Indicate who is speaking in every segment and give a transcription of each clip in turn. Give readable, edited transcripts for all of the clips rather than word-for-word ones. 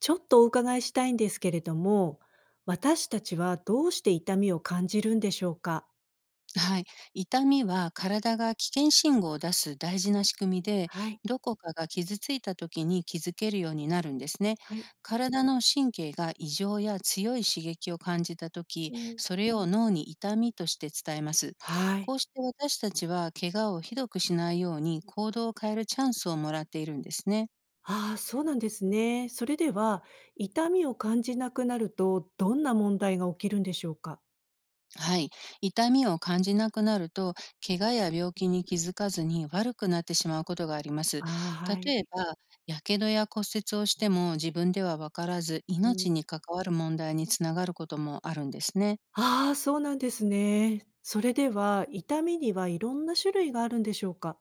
Speaker 1: ちょっとお伺いしたいんですけれども、私たちはどうして痛みを感じるんでしょうか？
Speaker 2: はい。痛みは体が危険信号を出す大事な仕組みで、
Speaker 1: はい、
Speaker 2: どこかが傷ついた時に気づけるようになるんですね。
Speaker 1: はい、
Speaker 2: 体の神経が異常や強い刺激を感じた時、
Speaker 1: うん。
Speaker 2: それを脳に痛みとして伝えます。
Speaker 1: はい。
Speaker 2: こうして私たちは怪我をひどくしないように行動を変えるチャンスをもらっているんですね。
Speaker 1: ああ、そうなんですね。それでは、痛みを感じなくなると、どんな問題が起きるんでしょうか？
Speaker 2: はい。痛みを感じなくなると、怪我や病気に気づかずに悪くなってしまうことがあります。
Speaker 1: ああ、はい、
Speaker 2: 例えば、やけどや骨折をしても自分では分からず、
Speaker 1: うん。
Speaker 2: 命に関わる問題につながることもあるんですね。
Speaker 1: ああ、そうなんですね。それでは、痛みにはいろんな種類があるんでしょうか？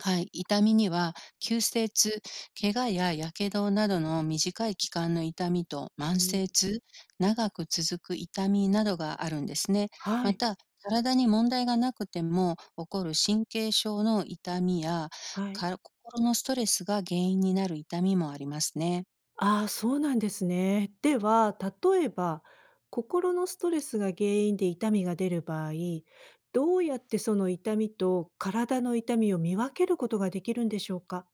Speaker 2: はい、痛みには急性痛、怪我ややけどなどの短い期間の痛みと
Speaker 1: う
Speaker 2: 慢
Speaker 1: ん。
Speaker 2: 性痛、長く続く痛みなどがあるんですね。
Speaker 1: は
Speaker 2: ま
Speaker 1: い。
Speaker 2: た、体に問題がなくても起こる神経症の痛みや
Speaker 1: はい。
Speaker 2: か心のストレスが原因になる痛みもありますね。
Speaker 1: ああ、そうなんですね。では、例えば、心のストレスが原因で痛みが出る場合、どうやってその痛みと体の痛みを見分けることができるんでしょうか？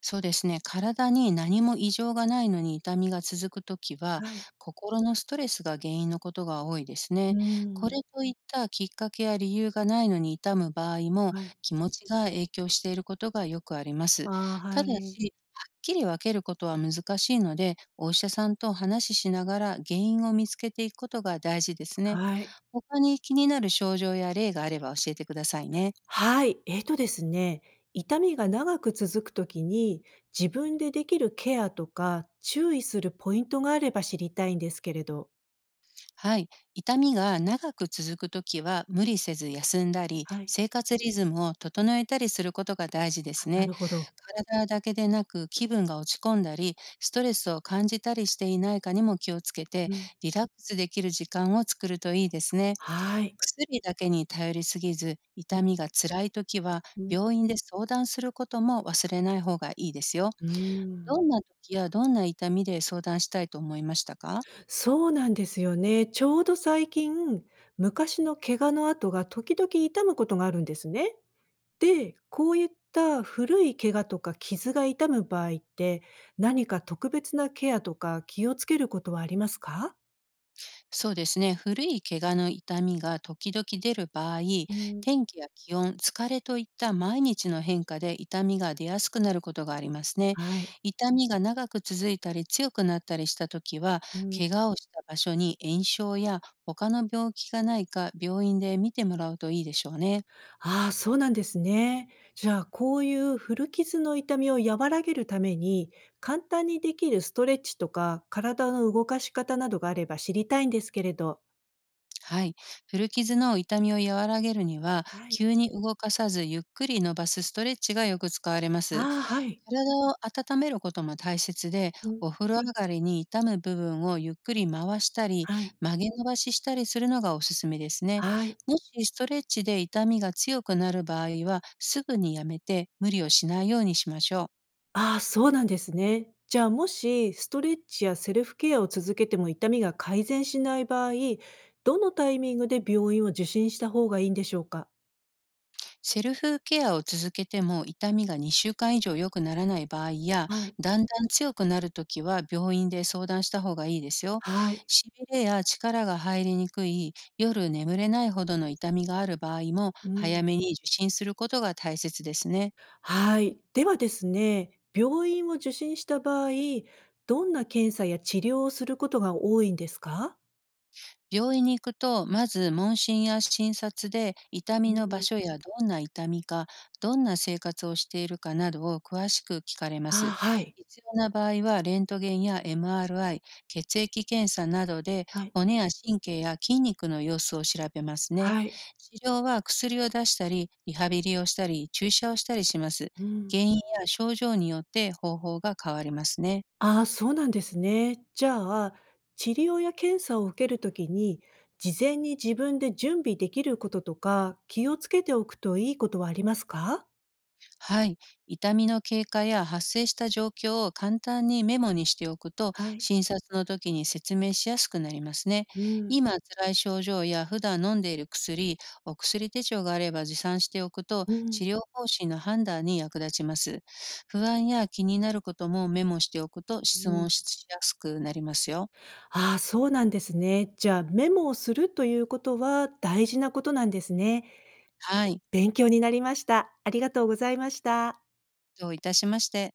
Speaker 2: そうですね。体に何も異常がないのに痛みが続くときは、
Speaker 1: はい。
Speaker 2: 心のストレスが原因のことが多いです
Speaker 1: うー
Speaker 2: ね。これ
Speaker 1: ん、
Speaker 2: といったきっかけや理由がないのに痛む場合も、
Speaker 1: はい。
Speaker 2: 気持ちが影響していることがよくあります。
Speaker 1: ああ、
Speaker 2: た
Speaker 1: は
Speaker 2: だ
Speaker 1: い。
Speaker 2: し、はっきり分けることは難しいので、お医者さんと話ししながら原因を見つけていくことが大事ですね。
Speaker 1: はい。
Speaker 2: 他に気になる症状や例があれば教えてくださいね。
Speaker 1: はい。えっとですね、痛みが長く続くときに、自分でできるケアとか、注意するポイントがあれば知りたいんですけれど。
Speaker 2: はい。痛みが長く続くときは、無理せず休んだり、
Speaker 1: はい。
Speaker 2: 生活リズムを整えたりすることが大事で
Speaker 1: あ、
Speaker 2: す
Speaker 1: な
Speaker 2: ね。
Speaker 1: るほど。
Speaker 2: 体だけでなく、気分が落ち込んだり、ストレスを感じたりしていないかにも気をつけて、
Speaker 1: うん。
Speaker 2: リラックスできる時間を作るといいですね。
Speaker 1: はい。
Speaker 2: 薬だけに頼りすぎず、
Speaker 1: うん
Speaker 2: 痛みが辛いときは、
Speaker 1: うん。
Speaker 2: 病院で相談することも忘れない方がいいですよ。
Speaker 1: うーん、
Speaker 2: どんな時やどんな痛みで相談したいと思いましたか？
Speaker 1: そうなんですよね。ちょうど最近、昔の怪我の跡が時々痛むことがあるんですね。で、こういった古い怪我とか傷が痛む場合って、何か特別なケアとか気をつけることはありますか？
Speaker 2: そうですね。古い怪我の痛みが時々出る場合、
Speaker 1: うん、
Speaker 2: 天気や気温、疲れといった毎日の変化で痛みが出やすくなることがありますね。
Speaker 1: はい。
Speaker 2: 痛みが長く続いたり強くなったりしたときは、
Speaker 1: うん、
Speaker 2: 怪我をした場所に炎症や他の病気がないか病院で見てもらうといいでしょうね。
Speaker 1: ああ、そうなんですね。じゃあ、こういう古傷の痛みを和らげるために、簡単にできるストレッチとか、体の動かし方などがあれば知りたいんですけれど。
Speaker 2: はい。古傷の痛みを和らげるには、
Speaker 1: はい。
Speaker 2: 急に動かさずゆっくり伸ばすストレッチがよく使われます。
Speaker 1: ああ、はい。
Speaker 2: 体を温めることも大切で、
Speaker 1: うん。
Speaker 2: お風呂上がりに痛む部分をゆっくり回したり、
Speaker 1: はい。
Speaker 2: 曲げ伸ばししたりするのがおすすめですね。
Speaker 1: はい。
Speaker 2: もしストレッチで痛みが強くなる場合は、すぐにやめて無理をしないようにしましょう。
Speaker 1: ああ、そうなんですね。じゃあ、もしストレッチやセルフケアを続けても痛みが改善しない場合、どのタイミングで病院を受診した方がいいんでしょうか？
Speaker 2: セルフケアを続けても痛みが2週間以上良くならない場合や、
Speaker 1: はい。
Speaker 2: だんだん強くなるときは病院で相談した方がいいですよ。
Speaker 1: はい。
Speaker 2: しびれや力が入りにくい、夜眠れないほどの痛みがある場合も、
Speaker 1: う
Speaker 2: 早
Speaker 1: ん。
Speaker 2: めに受診することが大切ですね。
Speaker 1: はい。ではですね、病院を受診した場合、どんな検査や治療をすることが多いんですか？
Speaker 2: 病院に行くと、まず問診や診察で痛
Speaker 1: う
Speaker 2: みの場
Speaker 1: ん。
Speaker 2: 所やどんな痛みか、どんな生活をしているかなどを詳しく聞かれま
Speaker 1: ああ、
Speaker 2: す。
Speaker 1: はい。
Speaker 2: 必要な場合はレントゲンや MRI、血液検査などで
Speaker 1: はい。
Speaker 2: 骨や神経や筋肉の様子を調べますね。
Speaker 1: はい。
Speaker 2: 治療は薬を出したり、リハビリをしたり、注射をしたりします。
Speaker 1: うん。
Speaker 2: 原因や症状によって方法が変わりますね。
Speaker 1: ああ、そうなんですね。じゃあ、治療や検査を受けるときに、事前に自分で準備できることとか、気をつけておくといいことはありますか。
Speaker 2: はい。痛みの経過や発生した状況を簡単にメモにしておくと、
Speaker 1: はい。
Speaker 2: 診察の時に説明しやすくなりますね。
Speaker 1: うん、
Speaker 2: 今、辛い症状や普段飲んでいる薬、お薬手帳があれば持参しておくと、
Speaker 1: うん、
Speaker 2: 治療方針の判断に役立ちます。不安や気になることもメモしておくと
Speaker 1: う
Speaker 2: 質
Speaker 1: ん。
Speaker 2: 問しやすくなりますよ。
Speaker 1: ああ、そうなんですね。じゃあ、メモをするということは大事なことなんですね。
Speaker 2: はい。
Speaker 1: 勉強になりました。ありがとうございました。
Speaker 2: どういたしまして。